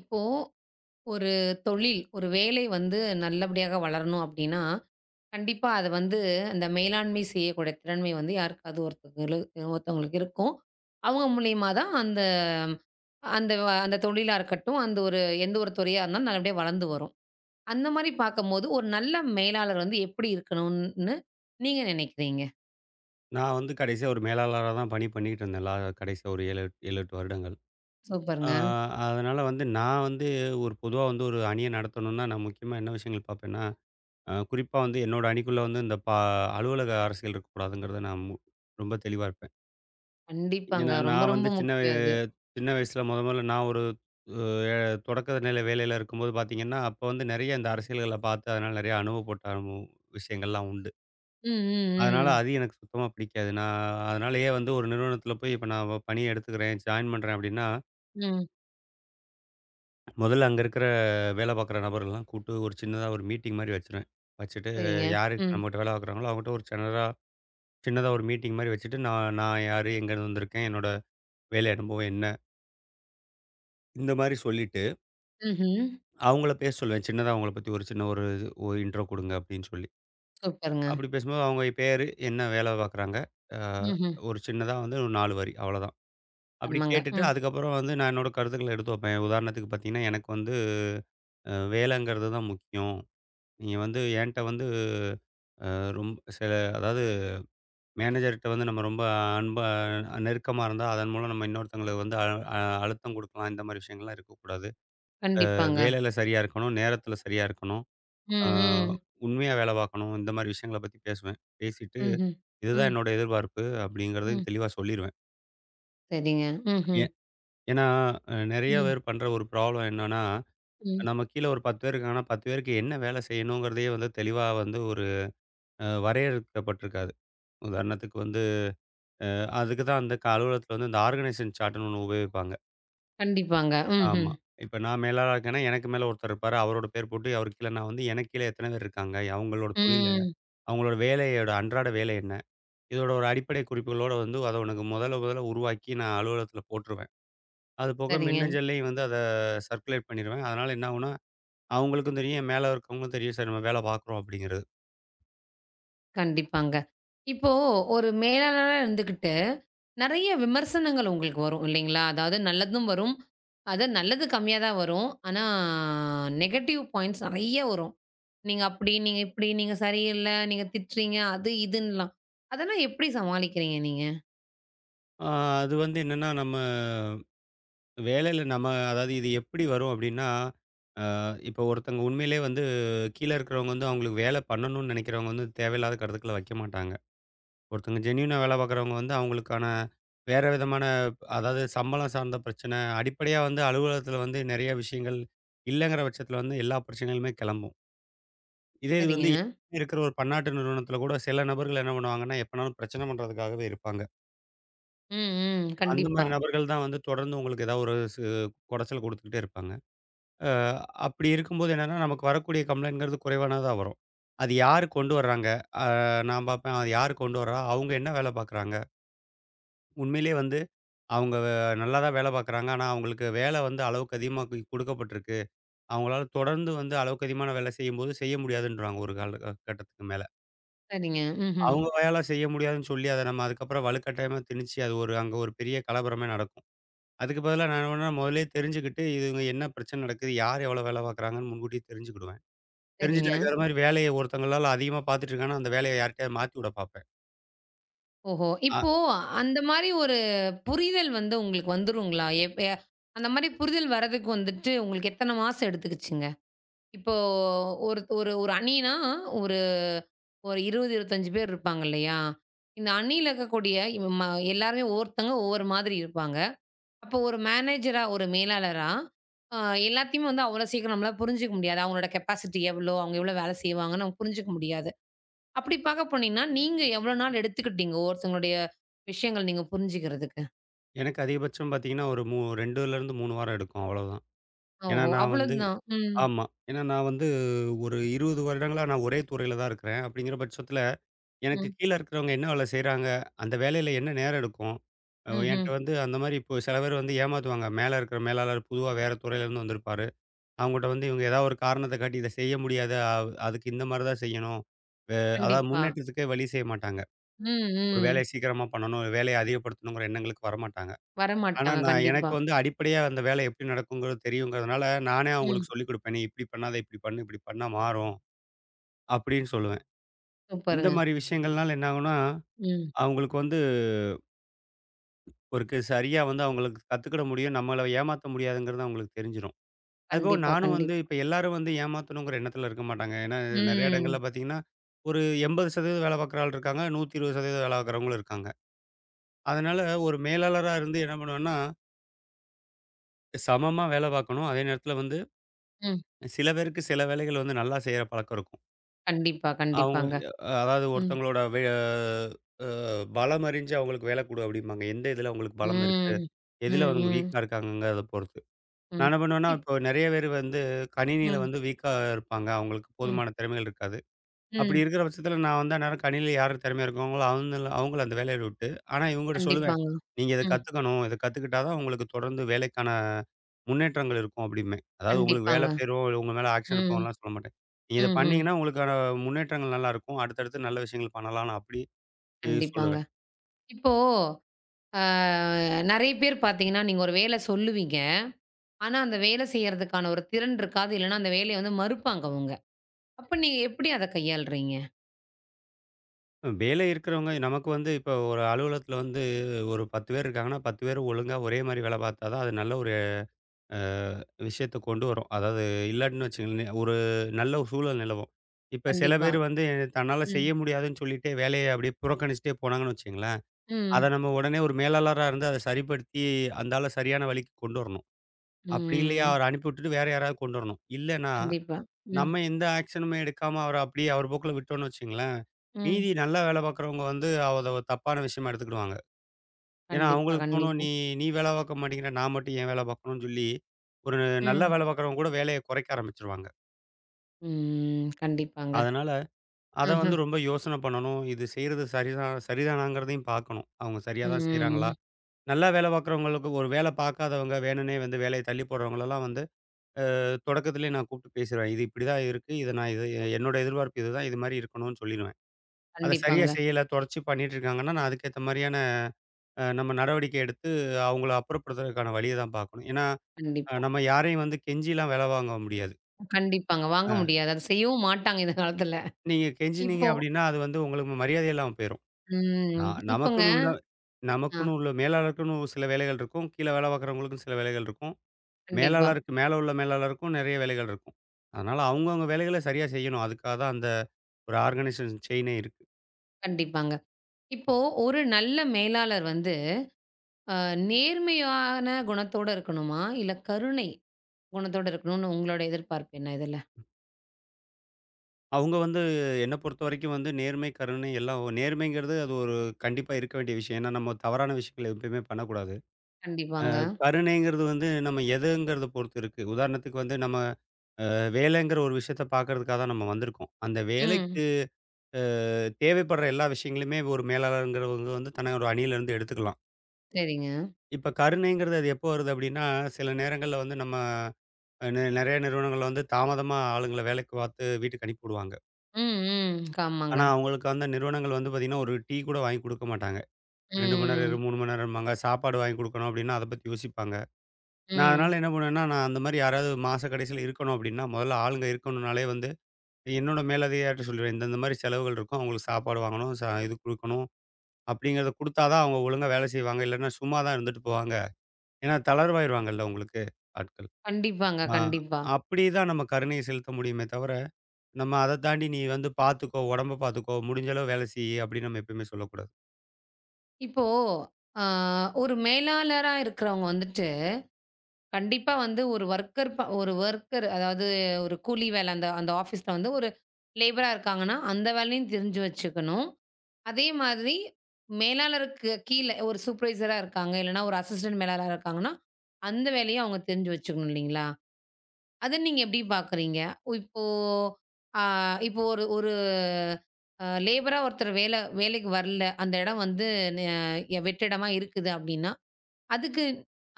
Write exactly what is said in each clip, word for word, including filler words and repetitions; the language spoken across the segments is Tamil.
இப்போ ஒரு தொழில், ஒரு வேலை வந்து நல்லபடியாக வளரணும் அப்டின்னா, கண்டிப்பா அத வந்து அந்த மேலாண்மை செய்யக்கூடிய திறன்மை வந்து யாருக்காவது ஒருத்தங்களு ஒருத்தவங்களுக்கு இருக்கும். அவங்க மூலியமா தான் அந்த அந்த வ அந்த தொழிலா இருக்கட்டும், அந்த ஒரு எந்த ஒரு துறையா இருந்தாலும் நல்லபடியா வளர்ந்து வரும். அந்த மாரி பார்க்கும்போது, ஒரு நல்ல மேலாளர் வந்து எப்படி இருக்கணும்னு நீங்க நினைக்கிறீங்க? நான் வந்து கடைசியா ஒரு மேலாளரா தான் பணி பண்ணிக்கிட்டு இருந்தேன். லா கடைசியா ஒரு ஏழு, ஏழு, எட்டு வருடங்கள். ஆ சூப்பருங்க. அதனால வந்து நான் வந்து ஒரு பொதுவா வந்து ஒரு அணிய நடத்தணும்னா, நான் முக்கியமா என்ன விஷயங்கள் பார்ப்பேன்னா, அ குறிப்பா வந்து என்னோட அணிக்குள்ள வந்து இந்த பா அலுவலக அரசியல் இருக்கக்கூடாதுங்கிறத நான் மு ரொம்ப தெளிவா இருப்பேன். கண்டிப்பாங்க. ஏன்னா, ரொம்ப நான் வந்து ரொம்ப சின்ன வய முக்கியம் அது. சின்ன வயசுல மொத மொதல்ல நான் ஒரு அ தொடக்க நிலை வேலையில இருக்கும்போது பார்த்தீங்கன்னா, அப்போ வந்து நெறைய இந்த அரசியல்கள பார்த்து அதனால நெறைய அனுபவப்பட்ட அனுபவம் விஷயங்கள்லாம் உண்டு. ம், அதனால ம், ம். அது எனக்கு சுத்தமா பிடிக்காது. நான் அதனாலேயே வந்து ஒரு நிறுவனத்தில போய் இப்ப நான் வ பணிய எடுத்துக்கிறேன், ஜாயின் பண்றேன் அப்டின்னா, ம். முதல்ல அங்க இருக்கிற வேலை பார்க்குற நபர்கள்லாம் கூப்பிட்டு ஒரு சின்னதா ஒரு மீட்டிங் மாரி வச்சுருவேன். வச்சுட்டு சரிங்க. யாரு ம். நம்மகிட்ட வேலை பார்க்குறாங்களோ அவங்ககிட்ட ஒரு சின்னதா சின்னதா ஒரு மீட்டிங் மாரி வச்சுட்டு, நான் நான் யாரு, எங்கேருந்து வந்திருக்கேன், என்னோட வேலை அனுபவம் என்ன? இந்த மாரி சொல்லிட்டு, ம்ஹ்ம். அவங்கள பேச சொல்லுவேன். சின்னதா அவங்கள பத்தி ஒரு சின்ன ஒரு ஒரு இன்ட்ரோ குடுங்க அப்டின்னு சொல்லி. சூப்பருங்க. அப்டி பேசும்போது அவங்க பேரு, என்ன வேலை பார்க்குறாங்க, அ ம்ஹ்ம். ஒரு சின்னதா வந்து ஒரு நாலு வரி அவ்வளோதான். அப்படி ஆமாங்க. கேட்டுட்டு, ம். அதுக்கப்புறம் வந்து நான் என்னோட கருத்துக்கள எடுத்து வைப்பேன். உதாரணத்துக்கு பார்த்தீங்கன்னா, எனக்கு வந்து அ வேலைங்கிறது தான் முக்கியம். நீங்க வந்து என்ட்ட வந்து அ ரொம் சில அதாவது மேனேஜர்ட்ட வந்து நம்ம ரொம்ப அன்பா நெருக்கமா இருந்தா, அதன் மூலம் நம்ம இன்னொருத்தங்களுக்கு வந்து அ அ அழுத்தம் குடுக்கலாம். இந்த மாரி விஷயங்கள்லாம் இருக்கக்கூடாது. அ கண்டிப்பாங்க. வேலையில சரியா இருக்கணும், நேரத்தில சரியா இருக்கணும், ஆ ம், ம். உண்மையா வேலை பார்க்கணும். இந்த மாரி விஷயங்கள பத்தி பேசுவேன். பேசிட்டு, ம்ஹ்ம். "இதுதான் ம், என்னோட எதிர்பார்ப்பு" அப்படிங்கிறதையும் ம். தெளிவா சொல்லிருவேன். சரிங்க. ஏ ம்ஹ்ம். ஏன்னா, அ நெறைய ம், பேர் பண்ற ஒரு ப்ராப்ளம் என்னன்னா ம். நம்ம கீழ ஒரு பத்து பேர் இருக்காங்கன்னா, பத்து பேருக்கு என்ன வேலை செய்யணுங்கிறதையே வந்து தெளிவா வந்து ஒரு அ வரையறுக்கப்பட்டிருக்காது. உதாரணத்துக்கு வந்து அதுக்கு தான் அந்த க அலுவலகத்தில வந்து இந்த ஆர்கனைசேஷன் சார்ட்ன்னு ஒண்ணு உபயோகிப்பாங்க. கண்டிப்பாங்க. ம்ஹ்ம். ஆமா. இப்ப நான் மேலாளரா இருக்கேன்னா, எனக்கு மேல ஒருத்தர் இருப்பாரு. அவரோட பேர் போட்டு அவருக்கு கீழ நான் வந்து எனக்கு கீழ எத்தன பேர் இருக்காங்க? அவங்களோட தொழில் என்ன? ம். அவங்களோட வேலையோட அன்றாட வேலை என்ன? இதோட ஒரு அடிப்படை குறிப்புகளோட வந்து அத உனக்கு முதல்ல முதல்ல உருவாக்கி நான் அலுவலகத்தில போட்டுருவேன். அது போக சரிங்க. மின்னஞ்சல்லயும் வந்து அத சர்க்குலேட் பண்ணிருவேன். அதனால என்ன ஆகும்னா, அவங்களுக்கும் தெரியும், என் மேல இருக்கவங்களுக்கும் தெரியும். சரி நம்ம வேலை பார்க்குறோம் அப்படிங்கிறது. கண்டிப்பாங்க. இப்போ ஒரு மேலாளரா இருந்துகிட்டு, நெறைய விமர்சனங்கள் உங்களுக்கு வரும் இல்லைங்களா? அதாவது நல்லதும் வரும். அது நல்லது கம்மியா தான் வரும். ஆனா, நெகட்டிவ் பாயிண்ட்ஸ் நெறைய வரும். நீங்க அப்படி, நீங்க இப்படி, நீங்க சரியில்ல, நீங்க திட்டுறீங்க, அது இதுன்னுலாம். அதெல்லாம் எப்படி சமாளிக்கிறீங்க நீங்க? ஆ அது வந்து என்னன்னா, நம்ம வேலையில நம்ம அதாவது இது எப்படி வரும் அப்படின்னா, அ இப்போ ஒருத்தவங்க உண்மையிலேயே வந்து கீழ இருக்கிறவங்க வந்து அவங்களுக்கு வேலை பண்ணணும்னு நினைக்கிறவங்க வந்து தேவையில்லாத கருத்துக்கள வைக்க மாட்டாங்க. ஒருத்தவங்க ஜென்யூனா வேலை பார்க்குறவங்க வந்து அவங்களுக்கான வேற விதமான அதாவது சம்பளம் சார்ந்த பிரச்சனை, அடிப்படையா வந்து அலுவலகத்தில வந்து நிறைய விஷயங்கள் இல்லங்கிற பட்சத்தில வந்து எல்லா பிரச்சனைகளுமே கிளம்பும். இதே இது வந்து சரிங்க. இருக்கிற ஒரு பன்னாட்டு நிறுவனத்தில கூட சில நபர்கள் என்ன பண்ணுவாங்கன்னா, எப்பனாலும் பிரச்சனை பண்றதுக்காகவே இருப்பாங்க. ம், ம். அந்த கண்டிப்பா. மாரி நபர்கள் தான் வந்து தொடர்ந்து உங்களுக்கு ஏதாவது ஒரு சு குடைச்சல் குடுத்துக்கிட்டே இருப்பாங்க. அ அப்படி இருக்கும்போது என்னன்னா, நமக்கு வரக்கூடிய கம்ப்ளைண்ட்ங்கிறது குறைவானதா வரும். அது யாரு கொண்டு வர்றாங்க? அ நான் பார்ப்பேன் அது யாரு கொண்டு வர்றா? அவங்க என்ன வேலை பார்க்குறாங்க? உண்மையிலேயே வந்து அவங்க வே- நல்லா தான் வேலை பார்க்குறாங்க. ஆனா, அவங்களுக்கு வேலை வந்து அளவுக்கு அதிகமா கு குடுக்கப்பட்டிருக்கு. அவங்களால தொடர்ந்து வந்து அளவுக்கு அதிகமான வேலை செய்யும்போது செய்ய முடியாதுன்றாங்க ஒரு கால அ கட்டத்துக்கு மேல. சரிங்க. ம்ஹ்ம். அவங்க வாயால செய்ய முடியாதுன்னு சொல்லி, அத நம்ம அதுக்கப்புறம் வலுக்கட்டாயமா திணிச்சு, அது ஒரு அங்க ஒரு பெரிய கலவரமே நடக்கும். அதுக்கு பதிலா நான் என்ன பண்ணுவேன்னா, முதல்லயே தெரிஞ்சுக்கிட்டு, இதுங்க என்ன பிரச்சனை நடக்குது? யார் எவ்வளோ வேலை பார்க்குறாங்கன்னு முன்கூட்டியே தெரிஞ்சுக்கிடுவேன். தெரிஞ்சுட்டு சரிங்க. அதுக்கு தகுந்த மாரி வேலைய ஒருத்தங்களால அதிகமா பார்த்துட்டு இருக்காங்கன்னா, அந்த வேலைய யார்ட்டயாவது மாத்தி விட பார்ப்பேன். ஓஹோ! அ இப்போ அந்த மாரி ஒரு புரிதல் வந்து உங்களுக்கு வந்துருங்களா? எப்ப அந்த மாரி புரிதல் வரதுக்கு வந்துட்டு உங்களுக்கு எத்தன மாசம் எடுத்துக்கிச்சுங்க? இப்போ ஒரு ஒரு ஒரு அணின்னா ஒரு ஒரு இருபது, இருபத்தி ஐந்து பேர் இருப்பாங்க இல்லையா? இந்த அணியில இருக்கக்கூடிய ம எல்லாருமே ஒவ்வொருத்தங்க ஒவ்வொரு மாதிரி இருப்பாங்க. அப்போ ஒரு மேனேஜரா, ஒரு மேலாளரா அ எல்லாத்தையுமே வந்து அவ்வளோ சீக்கிரம் நம்மளால புரிஞ்சுக்க முடியாது. அவங்களோட கெப்பாசிட்டி எவ்வளோ? அவங்க எவ்வளோ வேலை செய்வாங்கன்னு நம்ம புரிஞ்சுக்க முடியாது. அப்படி பாக்க போனீங்கன்னா, நீங்க எவ்வளோ நாள் எடுத்துக்கிட்டீங்க ஒருத்தவங்களுடைய விஷயங்கள் நீங்க புரிஞ்சுக்கிறதுக்கு? எனக்கு அதிகபட்சம் பார்த்தீங்கன்னா, ஒரு மூ ரெண்டுலேருந்து மூணு வாரம் எடுக்கும் அவ்வளோதான். ஏன்னா ஓஹோ! நான் வந்து அவ்வளோதான். ம், ஆமா. ஏன்னா நான் வந்து ஒரு இருபது வருடங்களா நான் ஒரே துறையில தான் இருக்கிறேன். அப்படிங்கிற பட்சத்தில, எனக்கு ம், கீழ இருக்கிறவங்க என்ன வேலை செய்றாங்க? அந்த வேலையில என்ன நேரம் எடுக்கும்? அ என்ட்ட ம்ஹ்ம். வந்து அந்த மாரி இப்போ சில பேர் வந்து ஏமாத்துவாங்க. மேல இருக்கிற மேலாளர் புதுவா வேற துறையிலேருந்து வந்திருப்பாரு. அவங்கட்ட வந்து இவங்க ஏதாவது ஒரு காரணத்த காட்டி இத செய்ய முடியாது. அவ் அதுக்கு இந்த மாரி தான் செய்யணும். அ அதாவது கண்டிப்பா. முன்னேற்றத்துக்கே வழி செய்ய மாட்டாங்க. ம், ஒரு வேலைய ம். சீக்கிரமா பண்ணணும், வேலைய அதிகப்படுத்தணுங்கிற எண்ணங்களுக்கு வரமாட்டாங்க. ஆனா வரமாட்டாங்க நான் கண்டிப்பா. எனக்கு வந்து அடிப்படையா அந்த வேலை எப்படி நடக்குங்கிறது தெரியுங்கிறதுனால, நானே ம். அவங்களுக்கு சொல்லிக் குடுப்பேன். "நீ இப்படி பண்ணாத, இப்படி பண்ணு, இப்படி பண்ணா மாறும்." அப்படின்னு சொல்லுவேன். இந்த சூப்பருங்க. மாரி விஷயங்கள்னால என்ன ஆகும்னா, ம். அவங்களுக்கு வந்து ஒரு கு சரியா வந்து அவங்களுக்கு கத்துக்கிட முடியும். நம்மள ஏமாத்த முடியாதுங்கிறது அவங்களுக்கு தெரிஞ்சிரும். அதுபோக கண்டிப்பா, நானும் வந்து கண்டிப்பா. இப்ப எல்லாரும் வந்து ஏமாத்தணுங்கிற எண்ணத்துல இருக்க மாட்டாங்க. ஏன்னா, நெறைய இடங்கள்ல ம், பார்த்தீங்கன்னா, ஒரு எண்பது சதவீதம் வேலை பார்க்குற ஆள் இருக்காங்க. நூத்தி இருபது சதவீதம் வேலை பார்க்குறவங்களும் இருக்காங்க. அதனால ஒரு மேலாளரா இருந்து என்ன பண்ணுவேன்னா, சமமா வேலை பார்க்கணும். அதே நேரத்துல வந்து ம். சில பேருக்கு சில வேலைகள் வந்து நல்லா செய்ற பழக்கம் இருக்கும். கண்டிப்பா, அவங்க கண்டிப்பாங்க. அஹ், அதாவது ம், ஒருத்தவங்களோட வே அ பலம் அறிஞ்சு அவங்களுக்கு வேலை கொடு அப்படிம்பாங்க. எந்த இதுல அவங்களுக்கு பலம் இருக்கு? ம், எதுல ம், அவங்க ம், வீக்கா இருக்காங்கங்கிறத பொறுத்து. நான் ம். என்ன பண்ணுவேன்னா, இப் இப்போ நெறைய பேர் வந்து கணினியில ம், வந்து வீக்கா இருப்பாங்க. அவங்களுக்கு ம், போதுமான திறமைகள் இருக்காது. அப்படி ம். இருக்கிற பட்சத்தில நான் வந்து அந்நேரம் கணினியில யாரு திறமையா இருக்காங்களோ, அவங்கள அவங்கள அந்த வேலைய விட்டு, ஆனா இவங்ககிட்ட சொல்லுவேன். கண்டிப்பாங்க. "நீங்க இத ம். கத்துக்கணும். இத கத்துக்கிட்டா தான் உங்களுக்கு தொடர்ந்து வேலைக்கான முன்னேற்றங்கள் இருக்கும்" அப்படிம்பேன். அதாவது உங்களுக்கு கண்டிப்பாங்க. வேலை பெறும், உங்க மேல ஆக்ஷன் ம், எடுப்பாங்கலாம் சொல்ல மாட்டேன். "நீங்க இத ம்ஹ்ம். பண்ணீங்கன்னா, உங்களுக்கான முன்னேற்றங்கள் நல்லா இருக்கும். அடுத்தடுத்து நல்ல விஷயங்கள் பண்ணலாம்" நான் அப்படி இ கண்டிப்பாங்க. சொல்லுவேன். இப்போ ஆ நெறைய பேர் பார்த்தீங்கன்னா, நீங்க ஒரு வேல சொல்லுவீங்க. ஆனா, அந்த வேல செய்யறதுக்கான ஒரு திறன் இருக்காது. இல்லன்னா, அந்த வேலைய வந்து மறுப்பாங்க அவங்க. அப்ப நீங்க எப்படி அத கையாள்றீங்க? வேலை இருக்கிறவங்க நமக்கு வந்து இப்போ ஒரு அலுவலகத்தில வந்து ஒரு பத்து பேர் இருக்காங்கன்னா, பத்து பேரும் ஒழுங்கா ஒரே மாரி வேலை பார்த்தா தான் அது நல்ல ஒரு அ விஷயத்த கொண்டு வரும். அதாவது இல்லாட்டின்னு வச்சுக்கங்களேன், ஒரு நல்ல ஒரு சூழல் நிலவும். இப்ப சில கண்டிப்பா. பேர் வந்து தன்னால ம். செய்ய முடியாதுன்னு சொல்லிட்டு வேலைய அப்படியே புறக்கணிச்சுட்டே போனாங்கன்னு வச்சுக்கங்களேன், ம். அத நம்ம உடனே ஒரு மேலாளரா இருந்து அத சரிப்படுத்தி, அந்த ஆள சரியான வழிக்கு கொண்டு வரணும். அப்படி இல்லையா ம். அவர அனுப்பி விட்டுட்டு வேற யாராவது கொண்டு வரணும். இல்லன்னா, கண்டிப்பா. ம். நம்ம எந்த ஆக்ஷனுமே எடுக்காம அவர அப்படியே அவர் போக்குல விட்டோம்னு வச்சுக்கங்களேன், ம். மீதி நல்லா வேலை பார்க்குறவங்க வந்து அத ஒரு தப்பான விஷயமா எடுத்துக்கிடுவாங்க. ஏன்னா, கண்டிப்பா, அவங்களுக்கு தோணும், "நீ கண்டிப்பா. நீ வேலை பார்க்க மாட்டேங்கிற, நான் மட்டும் ஏன் வேலை பார்க்கணும்னு" சொல்லி, ஒரு நல்லா ம். வேலை பார்க்குறவங்க கூட வேலைய குறைக்க ஆரம்பிச்சுருவாங்க. ம். கண்டிப்பாங்க. அதனால, அத ம்ஹ்ம். வந்து ரொம்ப யோசனை பண்ணணும். இது செய்றது சரிதான் சரிதானாங்கிறதையும் பார்க்கணும். அவங்க சரியா தான் செய்றாங்களா? ம். நல்லா வேலை பார்க்குறவங்களுக்கு ஒரு வேலை பார்க்காதவங்க, வேணும்னே வந்து வேலைய தள்ளி போடுறவங்களலாம் வந்து, அ தொடக்கத்திலேயே நான் கூப்பிட்டு பேசிருவேன். "இது இப்படிதான் இருக்கு. இத நான் இது என்னோட எதிர்பார்ப்பு இதுதான். இது மாரி இருக்கணும்னு" சொல்லிருவேன். அத சரியா கண்டிப்பாங்க. செய்யல, தொடர்ச்சி பண்ணிட்டு இருக்காங்கன்னா, நான் அதுக்கேத்த மாரியான, அ நம்ம நடவடிக்கை எடுத்து, அவங்கள அப்புறப்படுத்துறதுக்கான வழிய தான் பார்க்கணும். ஏன்னா அ கண்டிப்பா. நம்ம யாரையும் வந்து கெஞ்சிலாம் வேல வாங்க முடியாது. கண்டிப்பாங்க. வாங்க அ முடியாது. அத செய்யவும் மாட்டாங்க இந்த காலத்துல. நீங்க கெஞ்சினீங்க இப்போ அப்டின்னா, அது வந்து உங்களுக்கு மரியாதை இல்லாம போயிரும். ம். நான் இப்போங்க நமக்குன்னு உள்ள ஆ. நமக்குன்னு உள்ள மேலாளருக்குன்னு ஒரு சில வேலைகள் இருக்கும். கீழ வேல பார்க்குறவங்களுக்கும் சில வேலைகள் இருக்கும். கண்டிப்பா. மேலாளருக்கு மேல உள்ள மேலாளருக்கும் நெறைய வேலைகள் இருக்கும். அதனால அவங்கவங்க வேலைகள சரியா செய்யணும். அதுக்காக தான் அந்த ஒரு ஆர்கனைசேஷன் செயினே இருக்கு. கண்டிப்பாங்க. இப்போ ஒரு நல்ல மேலாளர் வந்து அ நேர்மையான குணத்தோட இருக்கணுமா? இல்ல கருணை குணத்தோட இருக்கணும்னு உங்களோட எதிர்பார்ப்பு என்ன இதுல? அவங்க வந்து என்ன பொறுத்தவரைக்கும் வந்து நேர்மை, கருணை எல்லாம் ஒ- நேர்மைங்கிறது அது ஒரு கண்டிப்பா இருக்க வேண்டிய விஷயம். ஏன்னா, நம்ம தவறான விஷயங்கள எப்பயுமே பண்ணக்கூடாது. கண்டிப்பாங்க. கருணைங்கிறது வந்து நம்ம எதுங்கிறத பொறுத்து இருக்கு. உதாரணத்துக்கு வந்து நம்ம வேலைங்கிற ஒரு விஷயத்த பார்க்கறதுக்காக தான் நம்ம வந்திருக்கோம். அந்த வேலைக்கு ம். அ தேவைப்படுற எல்லா விஷயங்களையுமே ஒரு மேலாளர்ங்கிறவங்க வந்து தன்னோட அணியிலேருந்து எடுத்துக்கலாம். சரிங்க. இப்ப கருணைங்கிறது அது எப்போ வருது அப்டின்னா, சில நேரங்கள்ல வந்து நம்ம அ நெ நெறைய நிறுவனங்கள்ல வந்து தாமதமா ஆளுங்கள வேலைக்கு பார்த்து வீட்டுக்கு அனுப்பி விடுவாங்க. ம், ம். ஆமாங்க. ஆனா, அவங்களுக்கு அந்த நிறுவனங்கள் வந்து பார்த்தீங்கன்னா, ஒரு டீ கூட வாங்கி குடுக்க மாட்டாங்க. ரெண்டு மணி ம், நேரம், மூன்று மணி நேரம்பாங்க. சாப்பாடு வாங்கி குடுக்கணும் அப்டின்னா, அத பத்தி யோசிப்பாங்க. நான் ம். அதனால என்ன பண்ணுவேன்னா, நான் அந்த மாரி யாராவது மாச கடைசியில இருக்கணும் அப்டின்னா, முதல்ல ஆளுங்க இருக்கணும்னாலே வந்து என்னோட மேலதிகாரிட்ட சொல்லிருவேன். இந்தந்த மாரி செலவுகள் இருக்கும். அவங்களுக்கு சாப்பாடு வாங்கணும். ச இது குடுக்கணும். அப்படிங்கிறத குடுத்தா தான் அவங்க ஒழுங்கா வேலை செய்வாங்க. இல்லன்னா சும்மா தான் இருந்துட்டு போவாங்க. ஏன்னா தளர்வாயிருவாங்கல்ல உங்களுக்கு ஆட்கள். கண்டிப்பாங்க, ஆ கண்டிப்பா. அப்படி தான் நம்ம கருணை செலுத்த முடியுமே தவிர, நம்ம அத தாண்டி நீ வந்து பார்த்துக்கோ, உடம்ப பார்த்துக்கோ, முடிஞ்ச அளவு வேலை செய்யி அப்படின்னு நம்ம எப்பயுமே சொல்லக்கூடாது. இப்போ அ ஒரு மேலாளரா இருக்கிறவங்க வந்துட்டு, கண்டிப்பா வந்து ஒரு வொர்க்கர் ப ஒரு வொர்க்கர், அதாவது ஒரு கூலி வேலை அந்த அந்த ஆஃபீஸ்ல வந்து ஒரு லேபரா இருக்காங்கன்னா, அந்த வேலையும் தெரிஞ்சு வச்சுக்கணும். அதே மாதிரி மேலாளருக்கு கீழ ஒரு சூப்பர்வைசரா இருக்காங்க. இல்லன்னா, ஒரு அசிஸ்டன்ட் மேலாளரா இருக்காங்கன்னா, அந்த வேலையும் அவங்க தெரிஞ்சு வச்சுக்கணும் இல்லைங்களா? அத நீங்க எப்படி பார்க்குறீங்க? இப்போ ஆ இப்போ ஒரு ஒரு அ லேபரா ஒருத்தர் வேல வேலைக்கு வரல. அந்த இடம் வந்து நெ வெற்றிடமா இருக்குது அப்படின்னா, அதுக்கு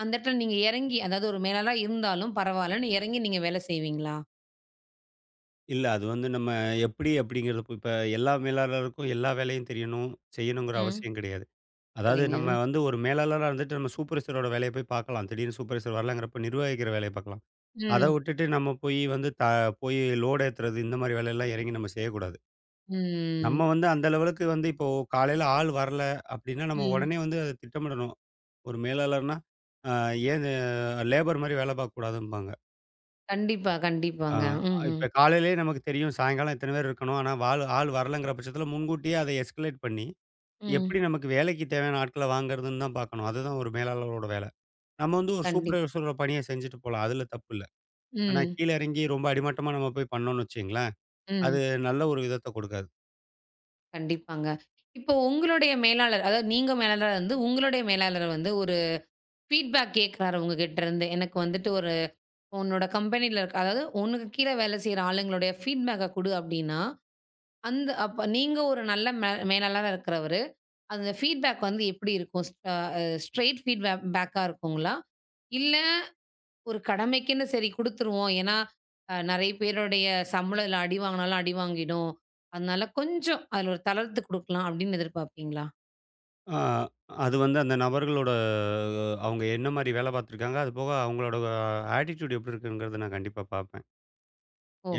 அந்த இடத்துல நீங்க இறங்கி, அதாவது ஒரு மேலாளரா இருந்தாலும் பரவாயில்லன்னு இறங்கி நீங்க வேலை செய்வீங்களா? இல்ல அது வந்து நம்ம எப்படி அப்படிங்கிறது இப்ப இப்ப எல்லா மேலாளருக்கும் எல்லா வேலையும் தெரியணும், செய்யணுங்கிற ம். அவசியம் கிடையாது. அதாவது சரிங்க. நம்ம வந்து ஒரு மேலாளரா இருந்துட்டு நம்ம சூப்பர்வைசரோட வேலைய போய் பார்க்கலாம். திடீர்னு சூப்பர்வைசர் வரலங்கிறப்ப நிர்வகிக்கிற வேலைய பார்க்கலாம். அத ம். விட்டுட்டு நம்ம போய் வந்து த போய் லோட் ஏத்துறது இந்த மாரி வேலையெல்லாம் இறங்கி நம்ம செய்யக்கூடாது. ம். நம்ம வந்து அந்த லெவலுக்கு வந்து இப்போ காலையில ஆள் வரல அப்டின்னா, நம்ம ம். உடனே வந்து அத திட்டமிடணும். ஒரு மேலாளர்னா, அ ஏன் லேபர் மாரி வேலை பார்க்கக்கூடாதும்பாங்க. கண்டிப்பா, அ கண்டிப்பாங்க. ம்ஹ்ம். இப்ப காலையிலயே நமக்கு தெரியும் சாயங்காலம் இத்தன பேர் இருக்கணும். ஆனா ஆள் ஆள் வரலங்கிற பட்சத்தில முன்கூட்டியே அதை எஸ்கலேட் பண்ணி, எப்படி ம். நமக்கு வேலைக்கு தேவையான ஆட்கள வாங்குறதுன்னு தான் பார்க்கணும். அதுதான் ஒரு மேலாளரோட வேலை. நம்ம வந்து ஒரு கண்டிப் சூப்பர்வைசரோட பணிய செஞ்சுட்டு போலாம். அதுல தப்பு இல்ல. ஆனா ம். கீழ இறங்கி ரொம்ப அடிமட்டமா நம்ம போய் பண்ணோம்னு வச்சுக்கங்களேன் ம். அது நல்ல ஒரு விதத்த கொடுக்காது. கண்டிப்பாங்க. இப்போ உங்களுடைய மேலாளர், அதாவது நீங்க மேலாளரா இருந்து, உங்களுடைய மேலாளர் வந்து ஒரு ஃபீட்பேக் கேட்கிறாரு உங்ககிட்ட இருந்து. எனக்கு வந்துட்டு ஒரு உன்னோட கம்பெனில இருக்க, அதாவது உனக்கு கீழ வேலை செய்ற ஆளுங்களுடைய ஃபீட்பேக்க குடு அப்டின்னா, அந்த அப்ப நீங்க ஒரு நல்ல மே மேலாளரா இருக்கிறவரு, அந்த ஃபீட்பேக் வந்து எப்டி இருக்கும்? அ ஸ்ட்ரெய்ட் ஃபீட்பேக் பேக்கா இருக்குங்களா? இல்ல ஒரு கடமைக்குன்னு சரி குடுத்துருவோம். ஏன்னா, அ நெறைய பேருடைய சம்பளம் இதுல அடி வாங்குனாலும் அடி வாங்கிடும். அதனால கொஞ்சம் அதுல ஒரு தளர்த்து குடுக்கலாம் அப்படின்னு எதிர்பார்ப்பீங்களா? ஆ அது வந்து அந்த நபர்களோட அவங்க என்ன மாரி வேலை பார்த்துருக்காங்க, அதுபோக அவங்களோட ஆட்டிட்யூட் எப்படி இருக்குங்கிறத நான் கண்டிப்பா பார்ப்பேன்.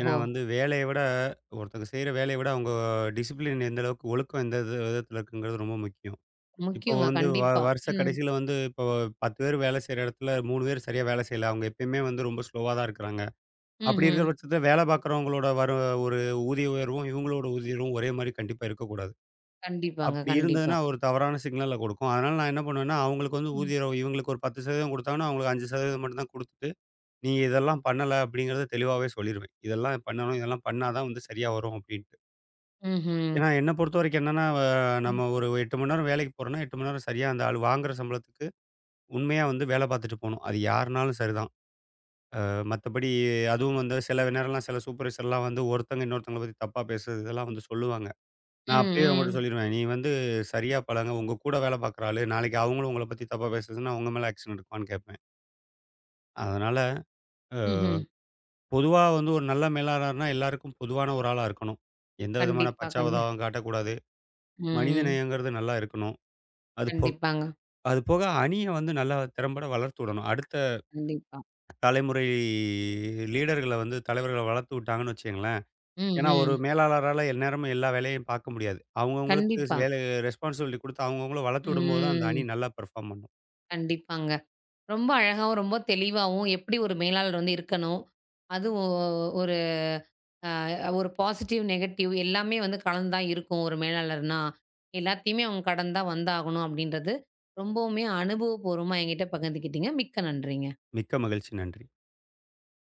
ஏன்னா வந்து வேலைய விட ஒருத்தங்க செய்ற வேலைய விட அவங்க டிசிப்ளின் எந்த அளவுக்கு ஒழுக்கம் எந்த இது விதத்தில இருக்குங்கிறது ரொம்ப முக்கியம். இப்போ முக்கியங்க வந்து வ கண்டிப்பா. வருஷ ம். கடைசியில வந்து இப்போ பத்து பேர் வேலை செய்ற இடத்துல மூணு பேர் சரியா வேலை செய்யல. அவங்க எப்பயுமே வந்து ரொம்ப ஸ்லோவா தான் இருக்கிறாங்க. அப்படி ம்ஹ்ம். இருக்கிற பட்சத்தில வேலை பார்க்குறவங்களோட வர ஒரு ஊதிய உயர்வும், இவங்களோட ஊதிய உயர்வும் ஒரே மாரி கண்டிப்பா இருக்கக்கூடாது. கண்டிப்பாங்க, அப்படி இருந்ததுன்னா கண்டிப்பா. ஒரு தவறான சிக்னல கொடுக்கும். அதனால நான் என்ன பண்ணுவேன்னா, அவங்களுக்கு வந்து ம். ஊதியம் இவங்களுக்கு ஒரு பத்து சதவீதம் கொடுத்தாங்கன்னா, அவங்களுக்கு அஞ்சு சதவீதம் மட்டும் தான் குடுத்துட்டு, நீங்க இதெல்லாம் பண்ணல அப்படிங்கிறத தெளிவாவே சொல்லிருவேன். இதெல்லாம் பண்ணணும், இதெல்லாம் பண்ணா தான் வந்து சரியா வரும் அப்படின்ட்டு. ம்ஹ்ம். ஏன்னா என்ன பொறுத்தவரைக்கும் என்னன்னா, வ ம். நம்ம ஒரு எட்டு மணி நேரம் வேலைக்கு போறோம்னா, எட்டு மணி நேரம் சரியா அந்த ஆள் வாங்குற சம்பளத்துக்கு உண்மையா வந்து வேலை பார்த்துட்டு போணும். அது யாருனாலும் சரிதான். அ மத்தபடி அதுவும் வந்து சில நேரம்லாம் சில சூப்பர்வைசர்லாம் வந்து ஒருத்தங்க இன்னொருத்தங்கள பத்தி தப்பா பேசுறது இதெல்லாம் வந்து சொல்லுவாங்க. நான் ம், அப்பயே அவங்கட்ட ம். சொல்லிருவேன். நீ வந்து சரியா பழங்க. உங்க கூட வேலை பார்க்குற ஆளு, நாளைக்கு அவங்களும் உங்கள பத்தி தப்பா பேசுச்சுன்னா, உங்க மேல ஆக்ஷன் எடுப்பான்னு கேட்பேன். அதனால அ ம்ஹ்ம். பொதுவா வந்து ஒரு நல்ல மேலாளர்னா எல்லாருக்கும் பொதுவான ஒரு ஆளா இருக்கணும். எந்த விதமான கண்டிப்பா, கண்டி பச்சாவதாவும் காட்டக்கூடாது. ம், மனித ம். நேயங்கிறது நல்லா இருக்கணும். அது போ கண்டிப்பாங்க. அது போக அணிய வந்து நல்லா திறம்பட வளர்த்து விடணும். அடுத்த கண்டிப்பா. தலைமுறை லீடர்கள வந்து தலைவர்கள வளர்த்து விட்டாங்கன்னு வச்சுக்கங்களேன், ம், ஏன்னா ஒரு ம். மேலாளரால எந்நேரமும் எல்லா வேலையும் பார்க்க முடியாது. அவங்கவங்களுக்கு கண்டிப்பா. வேலை ரெஸ்பான்சிபிலிட்டி குடுத்து அவங்கவங்கள வளர்த்து விடும்போது தான் அந்த ம். அணி நல்லா பெர்ஃபார்ம் பண்ணும். கண்டிப்பாங்க. ரொம்ப அழகாவும், ரொம்ப தெளிவாவும் எப்படி ஒரு மேலாளர் வந்து இருக்கணும். அதுவும் ஒ ஒரு பாசிட்டிவ், நெகட்டிவ் எல்லாமே வந்து கலந்து தான் இருக்கும் ஒரு மேலாளர்னா. எல்லாத்தையுமே அவங்க கடந்து தான் வந்தாகணும் அப்படின்றது ரொம்பவுமே அனுபவபூர்வமா என்கிட்ட பகிர்ந்துக்கிட்டீங்க. மிக்க நன்றிங்க. மிக்க மகிழ்ச்சி. நன்றி.